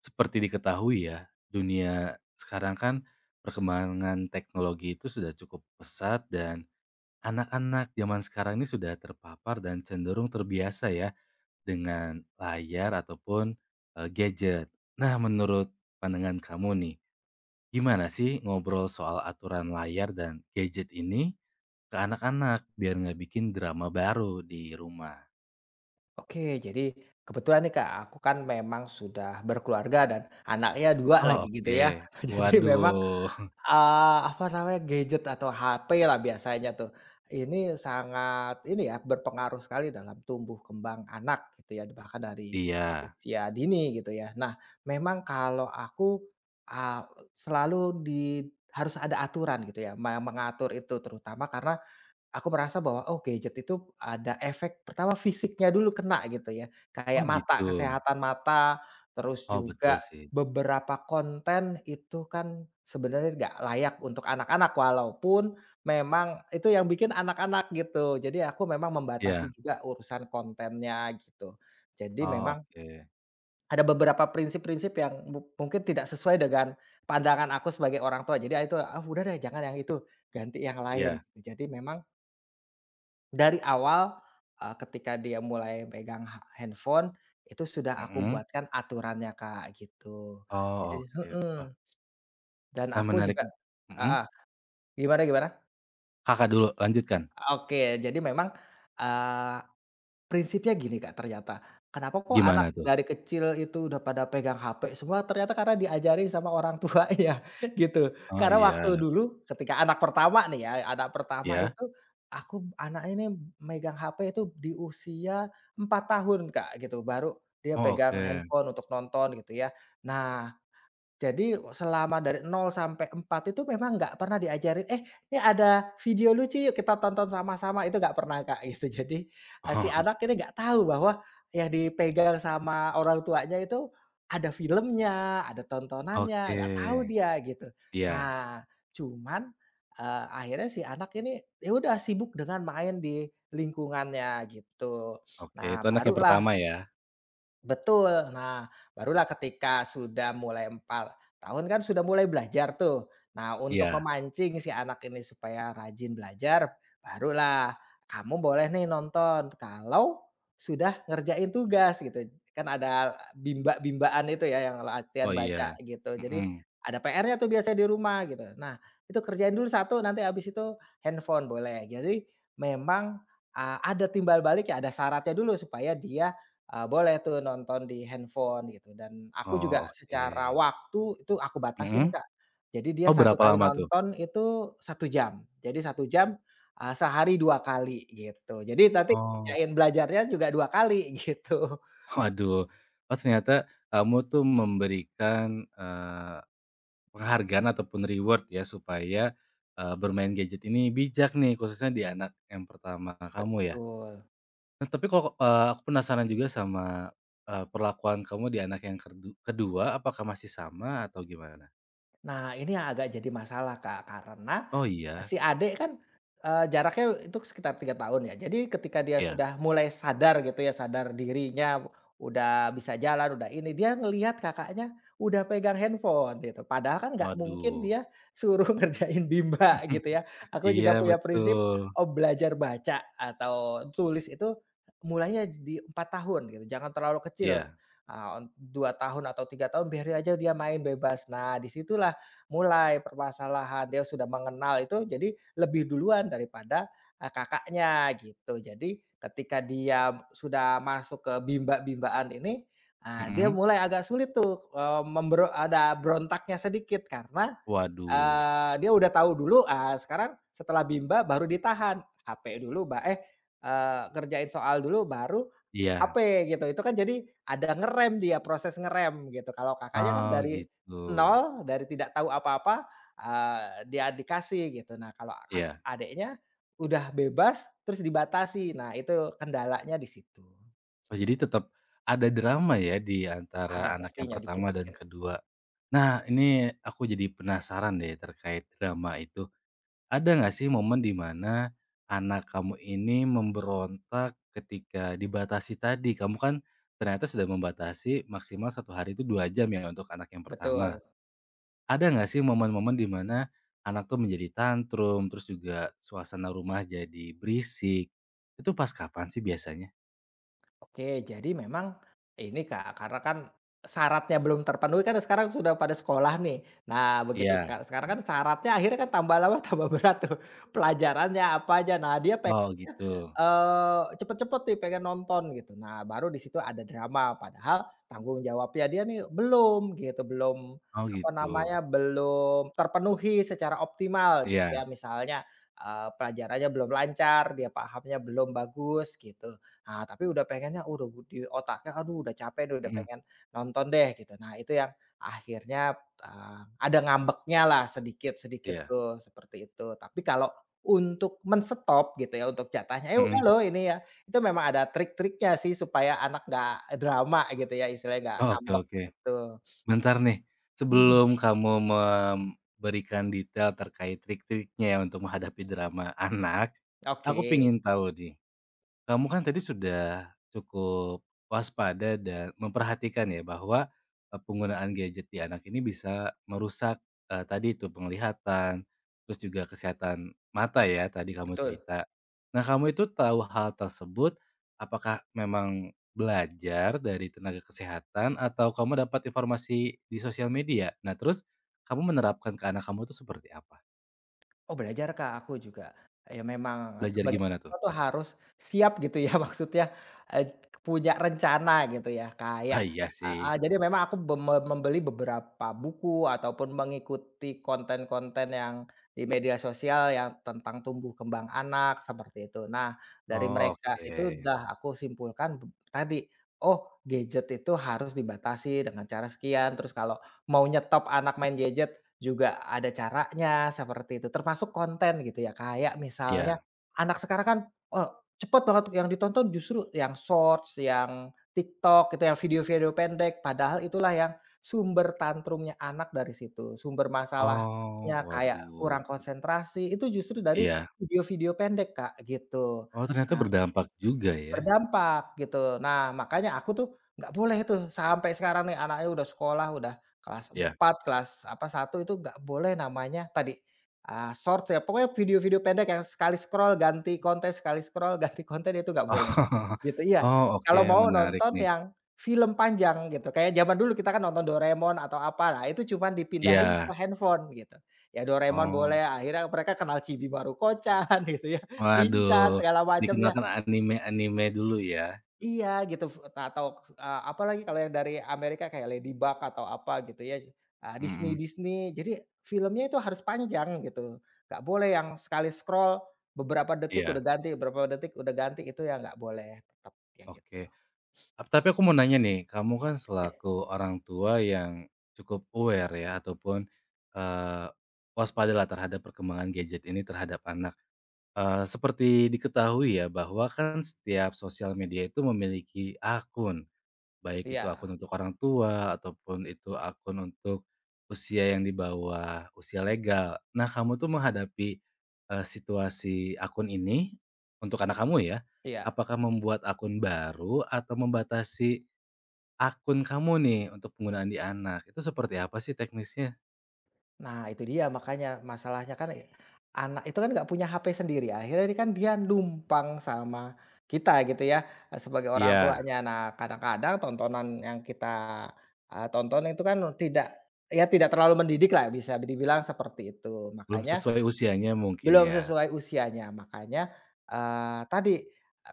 Seperti diketahui ya, dunia sekarang kan perkembangan teknologi itu sudah cukup pesat dan anak-anak zaman sekarang ini sudah terpapar dan cenderung terbiasa ya dengan layar ataupun, gadget. Nah, menurut pandangan kamu nih, gimana sih ngobrol soal aturan layar dan gadget ini ke anak-anak biar nggak bikin drama baru di rumah? Oke, jadi kebetulan nih Kak, aku kan memang sudah berkeluarga dan anaknya 2 Oh, lagi gitu oke. ya. Jadi memang, Waduh. Apa namanya, gadget atau HP lah biasanya tuh, ini sangat ini ya, berpengaruh sekali dalam tumbuh kembang anak gitu ya, bahkan dari Iya. usia dini gitu ya. Nah, memang kalau aku, eee, selalu di harus ada aturan gitu ya, mengatur itu terutama karena aku merasa bahwa, oh gadget itu ada efek pertama fisiknya dulu kena gitu ya, kayak Oh, gitu. mata, kesehatan mata, terus Oh, betul juga sih. beberapa konten itu kan sebenarnya nggak layak untuk anak-anak walaupun memang itu yang bikin anak-anak gitu. Jadi aku memang membatasi Iya. juga urusan kontennya gitu. Jadi Oh, memang oke. ada beberapa prinsip-prinsip yang mungkin tidak sesuai dengan pandangan aku sebagai orang tua. Jadi, ah, itu, ah, udah deh jangan yang itu, ganti yang lain Iya. gitu. Jadi memang dari awal, ketika dia mulai pegang handphone, itu sudah aku Mhm. buatkan aturannya, Kak, gitu. Jadi Oh, oke. Wah, mhm, dan nah aku menarik juga mhm? heeh, gimana gimana? Kakak dulu, lanjutkan. Oke, jadi memang, prinsipnya gini Kak ternyata, kenapa kok anak Gimana tuh? dari kecil itu udah pada pegang HP semua, ternyata karena diajarin sama orang tuanya gitu. Oh, Karena iya. waktu dulu ketika anak pertama nih ya, anak pertama Iya? itu aku anak ini megang HP itu di usia 4 tahun Kak gitu, baru dia Oh, pegang oke. handphone untuk nonton gitu ya. Nah jadi selama dari 0 sampai 4 itu memang nggak pernah diajarin, "Eh, ini ada video lucu yuk kita tonton sama-sama." Itu nggak pernah, Kak, gitu. Jadi, si Oh, anak ini nggak tahu bahwa yang dipegang sama orang tuanya itu ada filmnya, ada tontonannya, oke. nggak tahu dia gitu. Iya, Nah, cuman, akhirnya si anak ini ya udah sibuk dengan main di lingkungannya gitu. oke. Nah, Itu anak yang barulah. pertama ya? Betul. Nah, barulah ketika sudah mulai 4 tahun kan sudah mulai belajar tuh. Nah, untuk Iya. memancing si anak ini supaya rajin belajar, barulah kamu boleh nih nonton kalau sudah ngerjain tugas gitu. Kan ada bimba-bimbaan itu ya yang Oh, latihan baca iya. gitu. Jadi Mhm. ada PR-nya tuh biasanya di rumah gitu. Nah, itu kerjain dulu satu, nanti habis itu handphone boleh. Jadi memang, ada timbal balik ya, ada syaratnya dulu supaya dia boleh tuh nonton di handphone gitu, dan aku juga Oh, secara oke. waktu itu aku batasin, Mhm? Kak. Jadi dia Oh, satu berapa kali lama tuh? nonton itu satu jam. Jadi satu jam, sehari 2 kali gitu. Jadi nanti Oh, ngerjain belajarnya juga 2 kali gitu. waduh. Oh, ternyata kamu tuh memberikan, eee Penghargaan ataupun reward ya supaya, bermain gadget ini bijak nih khususnya di anak yang pertama kamu ya. Betul. Nah tapi kalau, aku penasaran juga sama, perlakuan kamu di anak yang kedua apakah masih sama atau gimana? Nah ini yang agak jadi masalah, Kak, karena Oh si iya? adik kan, jaraknya itu sekitar 3 tahun ya. Jadi ketika dia Iya. sudah mulai sadar gitu ya, sadar dirinya, udah bisa jalan, udah ini, dia ngelihat kakaknya udah pegang handphone gitu. Padahal kan nggak mungkin Waduh. dia suruh ngerjain bimba gitu ya. Aku Iya juga punya prinsip, betul. oh belajar baca atau tulis itu mulainya di 4 tahun gitu, jangan terlalu kecil. Iya. 2 tahun atau 3 tahun biarin aja dia main bebas. Nah disitulah. Mulai permasalahan, dia sudah mengenal itu jadi lebih duluan daripada, kakaknya gitu. Jadi ketika dia sudah masuk ke bimba-bimbaan ini, ah, dia Mhm. mulai agak sulit tuh, ada berontaknya sedikit karena, Waduh. Dia udah tahu dulu, ah, sekarang setelah bimba baru ditahan, HP dulu ngerjain soal dulu baru Iya. ape gitu, itu kan jadi ada ngerem dia, proses ngerem gitu. Kalau kakaknya kan Oh dari gitu. nol, dari tidak tahu apa-apa, dia dikasih gitu. Nah kalau Iya. adiknya udah bebas terus dibatasi, nah itu kendalanya di situ. Oh, jadi tetap ada drama ya di Ada antara anak yang pastinya pertama dan dikit-dikit, kedua. Nah, ini aku jadi penasaran deh terkait drama itu. Ada nggak sih momen di mana anak kamu ini memberontak ketika dibatasi tadi? Kamu kan ternyata sudah membatasi maksimal satu hari itu 2 jam ya untuk anak yang pertama. betul. Ada nggak sih momen-momen di mana anak tuh menjadi tantrum, terus juga suasana rumah jadi berisik? Itu pas kapan sih biasanya? Oke, jadi memang ini Kak, karena kan syaratnya belum terpenuhi kan sekarang sudah pada sekolah nih. Nah begitu Iya. Kak, sekarang kan syaratnya akhirnya kan tambah lama tambah berat tuh, pelajarannya apa aja. Nah dia Oh, gitu. Cepet-cepet nih pengen nonton gitu. Nah, baru di situ ada drama, padahal tanggung jawabnya dia nih belum gitu, belum Oh apa gitu. namanya, belum terpenuhi secara optimal gitu Iya, ya. Misalnya, pelajarannya belum lancar, dia pahamnya belum bagus gitu. Ah, tapi udah pengennya udah di otaknya, "Aduh udah capek deh, udah mhm, pengen nonton deh," gitu. Nah, itu yang akhirnya, ada ngambeknya lah sedikit-sedikit iya, tuh, seperti itu. Tapi kalau untuk men-stop gitu ya, untuk jatahnya, "Eh, udah mhm. loh ini ya." Itu memang ada trik-triknya sih supaya anak nggak drama gitu ya, istilahnya nggak Oh, oke ngambek oke. gitu. Bentar nih, Mhm, sebelum kamu memberikan detail terkait trik-triknya ya untuk menghadapi drama anak, oke, aku pengen tahu nih Kamu kan tadi sudah cukup waspada dan memperhatikan ya bahwa, penggunaan gadget di anak ini bisa merusak, tadi itu penglihatan, terus juga kesehatan mata ya tadi kamu betul. cerita. Nah kamu itu tahu hal tersebut, apakah memang belajar dari tenaga kesehatan atau kamu dapat informasi di sosial media? Nah terus, kamu menerapkan ke anak kamu itu seperti apa? Oh belajar Kak, aku juga. Ya memang Belajar sebagai gimana tuh? orang tua harus siap gitu ya, maksudnya, eee, punya rencana gitu ya kayak Ah, iya heeh, sih. jadi memang aku be me membeli beberapa buku ataupun mengikuti konten-konten yang di media sosial yang tentang tumbuh kembang anak seperti itu. Nah dari Oh mereka oke. itu udah aku simpulkan tadi, oh gadget itu harus dibatasi dengan cara sekian, terus kalau mau nyetop anak main gadget juga ada caranya seperti itu, termasuk konten gitu ya. Kayak misalnya Iya. anak sekarang kan, oh cepet banget yang ditonton justru yang Shorts, yang TikTok gitu, yang video-video pendek, padahal itulah yang sumber tantrumnya anak dari situ. Sumber masalahnya Oh, kayak waduh, kurang konsentrasi, itu justru dari iya. video-video pendek, Kak, gitu. Oh, ternyata Nah, berdampak juga ya? berdampak gitu. Nah, makanya aku tuh nggak boleh tuh sampai sekarang nih anaknya udah sekolah, udah kelas Iya. 4 kelas apa, satu itu nggak boleh namanya tadi, Shorts ya, pokoknya video-video pendek yang sekali scroll ganti konten, sekali scroll ganti konten itu nggak boleh, gitu. Oh, Iya, oh, oke, kalau mau menarik nonton nih. yang film panjang gitu, kayak zaman dulu kita kan nonton Doraemon atau apa, nah itu cuman dipindahin Iya, ke handphone gitu. Ya Doraemon oh, boleh, akhirnya mereka kenal Chibi Maruko-chan gitu ya, Shinchan waduh, segala macamnya. dikenalkan anime-anime dulu ya? Iya gitu atau, apalagi kalau yang dari Amerika kayak Ladybug atau apa gitu ya, Disney Mhm, Disney. Jadi filmnya itu harus panjang gitu, nggak boleh yang sekali scroll beberapa detik iya, udah ganti, beberapa detik udah ganti, itu ya nggak boleh tetap, ya gitu. oke. Ap tapi aku mau nanya nih, kamu kan Ya. selaku orang tua yang cukup aware ya ataupun, eh waspada lah terhadap perkembangan gadget ini terhadap anak. Seperti diketahui ya bahwa kan setiap sosial media itu memiliki akun. Baik itu Iya akun untuk orang tua, ataupun itu akun untuk usia yang di bawah usia legal. Nah, kamu tuh menghadapi, situasi akun ini, untuk anak kamu ya, iya. apakah membuat akun baru atau membatasi akun kamu nih untuk penggunaan di anak? Itu seperti apa sih teknisnya? Nah itu dia makanya, masalahnya kan, anak itu kan nggak punya HP sendiri, akhirnya ini kan dia numpang sama kita gitu ya, sebagai orang Iya, tuanya. Nah kadang-kadang tontonan yang kita, tonton itu kan tidak ya tidak terlalu mendidik lah bisa dibilang seperti itu. belum Makanya sesuai usianya mungkin belum ya? sesuai usianya, makanya, tadi,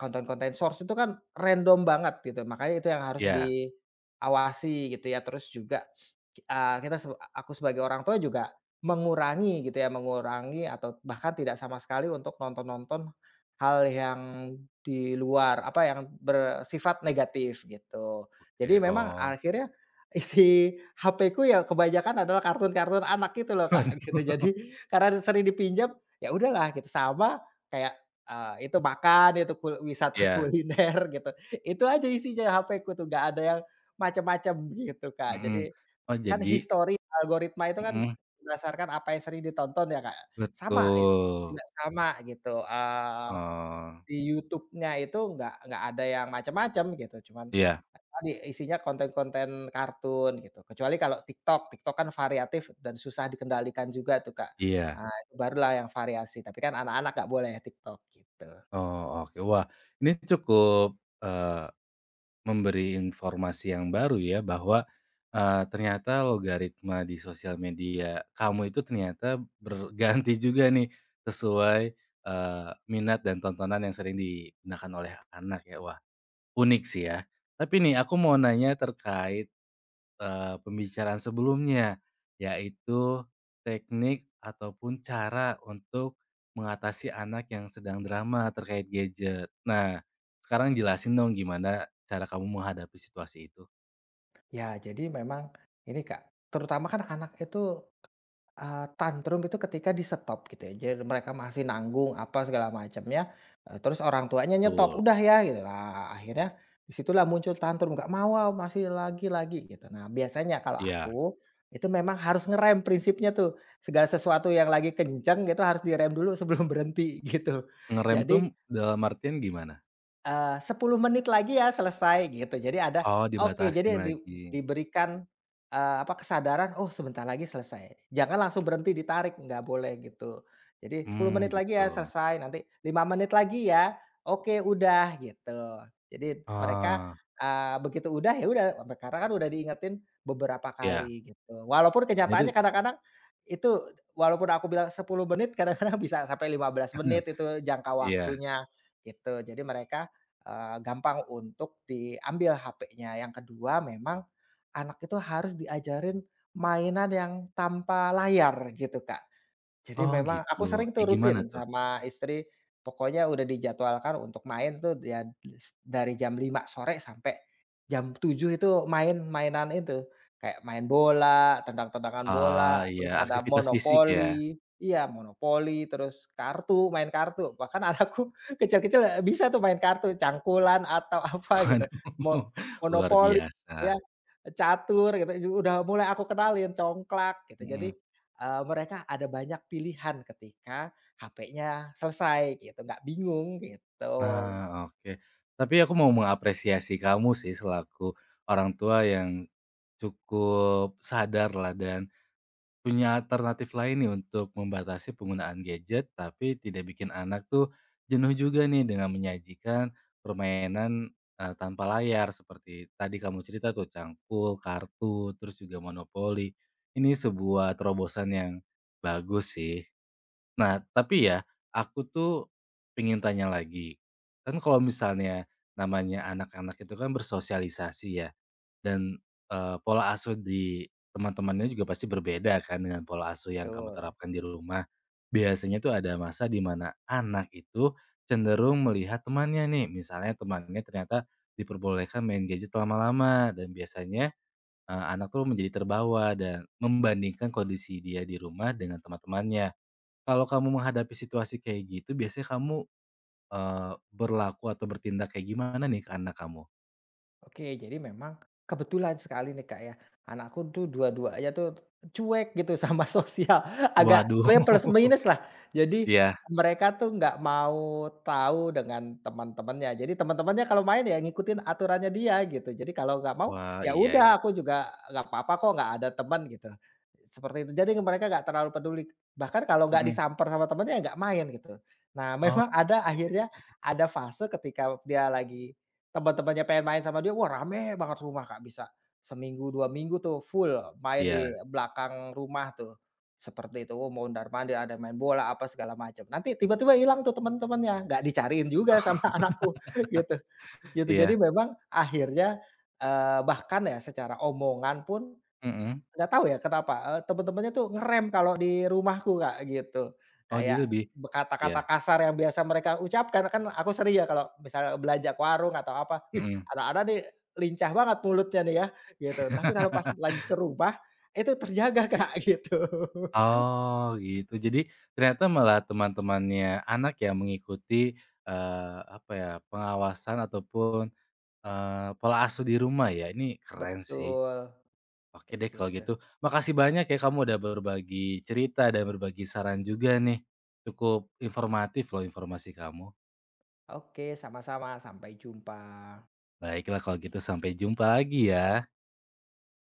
konten-konten Shorts itu kan random banget gitu, makanya itu yang harus Iya, diawasi gitu ya. Terus juga, ki kita seb aku sebagai orang tua juga mengurangi gitu ya, mengurangi atau bahkan tidak sama sekali untuk nonton-nonton hal yang di luar, apa, yang bersifat negatif gitu. oke, Jadi memang oh. akhirnya, isi HP-ku ya kebanyakan adalah kartun-kartun anak gitu loh, Kak, gitu. Jadi Waduh. karena sering dipinjam, ya udahlah gitu, sama kayak, itu makan, itu wisata Iya, kuliner gitu. Itu aja isinya HP-ku tuh, nggak ada yang macam-macam gitu, Kak. mhm. Jadi Oh kan jadi history algoritma itu kan mhm, berdasarkan apa yang sering ditonton ya, Kak. Sama, istriku betul. juga sama gitu, Oh, di YouTube-nya itu nggak ada yang macam-macam gitu, cuman iya. tadi isinya konten-konten kartun gitu. Kecuali kalau TikTok, kan variatif dan susah dikendalikan juga tuh, Kak. Iya. Nah, itu barulah yang variasi, tapi kan anak-anak nggak boleh ya TikTok gitu. Oh, oke. Wah, ini cukup, eee, memberi informasi yang baru ya bahwa, ternyata logaritma di sosial media kamu itu ternyata berganti juga nih sesuai, minat dan tontonan yang sering digunakan oleh anak ya. Wah, unik sih ya. Tapi nih aku mau nanya terkait pembicaraan sebelumnya, yaitu teknik ataupun cara untuk mengatasi anak yang sedang drama terkait gadget. Nah, sekarang jelasin dong gimana cara kamu menghadapi situasi itu? Ya, jadi memang ini, Kak, terutama kan anak itu tantrum itu ketika di-stop gitu ya, jadi mereka masih nanggung apa segala macamnya, terus orang tuanya nyetop, Betul, "Udah ya," gitu. Nah, akhirnya disitulah muncul tantrum, "Nggak mau ah, masih lagi," gitu. Nah, biasanya kalau iya. aku, itu memang harus ngerem prinsipnya tuh, segala sesuatu yang lagi kenceng itu harus direm dulu sebelum berhenti gitu. Ngerem tuh Jadi dalam artian gimana? 10 menit lagi ya selesai gitu. Jadi ada Oh, oke, dibatasin jadi lagi. diberikan, apa, kesadaran, "Oh sebentar lagi selesai." Jangan langsung berhenti ditarik, nggak boleh gitu. Jadi 10 Hmm, menit lagi gitu. ya selesai, nanti 5 menit lagi ya, oke udah gitu. Jadi mereka, Ah, begitu udah, ya udah, karena kan udah diingetin beberapa iya. kali gitu. Walaupun Nah itu kenyataannya kadang-kadang itu walaupun aku bilang 10 menit, kadang-kadang bisa sampai 15 menit itu jangka iya. waktunya gitu. Jadi mereka gampang untuk diambil HP-nya. Yang kedua memang anak itu harus diajarin mainan yang tanpa layar gitu, Kak. Jadi Oh memang gitu, aku sering tuh kayak gimana rutin tuh? sama istri, pokoknya udah dijadwalkan untuk main tuh ya dari jam 5 sore sampai jam 7 itu main mainan itu, kayak main bola, tendang-tendangan bola, Ah, iya, terus ada aktivitas fisik ya? monopoli, iya monopoli, terus kartu, main kartu, bahkan anakku kecil-kecil bisa tuh main kartu, cangkulan atau apa gitu, Waduh, mo luar monopoli ya, biasa, catur gitu, udah mulai aku kenalin, congklak gitu. Jadi mhm, mereka ada banyak pilihan ketika HP-nya selesai gitu, nggak bingung gitu, ah, oke. Tapi aku mau mengapresiasi kamu sih selaku orang tua yang cukup sadar lah dan punya alternatif lain nih untuk membatasi penggunaan gadget, tapi tidak bikin anak tuh jenuh juga nih dengan menyajikan permainan, tanpa layar seperti tadi kamu cerita tuh cangkul, kartu, terus juga monopoli. Ini sebuah terobosan yang bagus sih. Nah, tapi ya, aku tuh pengen tanya lagi. Kan kalau misalnya namanya anak-anak itu kan bersosialisasi ya, dan, pola asuh di teman-temannya juga pasti berbeda kan dengan pola asuh yang kamu betul. terapkan di rumah. Biasanya tuh ada masa di mana anak itu cenderung melihat temannya nih, misalnya temannya ternyata diperbolehkan main gadget lama-lama dan biasanya, anak tuh menjadi terbawa dan membandingkan kondisi dia di rumah dengan teman-temannya. Kalau kamu menghadapi situasi kayak gitu, biasanya kamu, berlaku atau bertindak kayak gimana nih ke anak kamu? Oke, jadi memang kebetulan sekali nih, Kak, ya, anakku tuh dua-duanya tuh cuek gitu sama sosial, agak Waduh. sebenarnya plus minus lah. Jadi Iya. mereka tuh nggak mau tahu dengan teman-temannya. Jadi teman-temannya kalau main ya ngikutin aturannya dia gitu. Jadi kalau nggak mau, Wah, ya iya iya. udah aku juga nggak apa-apa kok nggak ada teman gitu. Seperti itu. Jadi mereka nggak terlalu peduli. Bahkan kalau nggak Mhm. disamper sama temannya ya nggak main gitu. Nah, memang ada Oke. akhirnya ada fase ketika dia lagi teman-temannya pengen main sama dia, wah rame banget rumah, Kak, bisa seminggu, 2 minggu tuh full main di Iya belakang rumah tuh, seperti itu. Oh, mau mondar-mandir, ada main bola, apa segala macam. Nanti tiba-tiba hilang tuh teman-temannya, nggak dicariin juga sama anakku, gitu gitu. Jadi iya. memang akhirnya, bahkan ya secara omongan pun, Mhm. nggak tahu ya kenapa, temen-temennya tuh ngerem kalau di rumahku, Kak, gitu. Oh, jadi Kayak lebih iya, kata-kata kasar yang biasa mereka ucapkan, kan aku sering ya kalau misalnya belanja ke warung atau apa, "Wih, mhm. anak-anak nih lincah banget mulutnya nih ya," gitu. Tapi kalau pas lagi ke rumah, itu terjaga, Kak, gitu. Oh, gitu. Jadi ternyata malah teman-temannya anak yang mengikuti, apa ya, pengawasan ataupun, pola asuh di rumah ya. Ini keren sih. Betul, Oke kayak deh kalau gitu. gitu. Makasih banyak ya kamu udah berbagi cerita dan berbagi saran juga nih. Cukup informatif loh informasi kamu. Oke, sama-sama, sampai jumpa. Baiklah kalau gitu sampai jumpa lagi ya.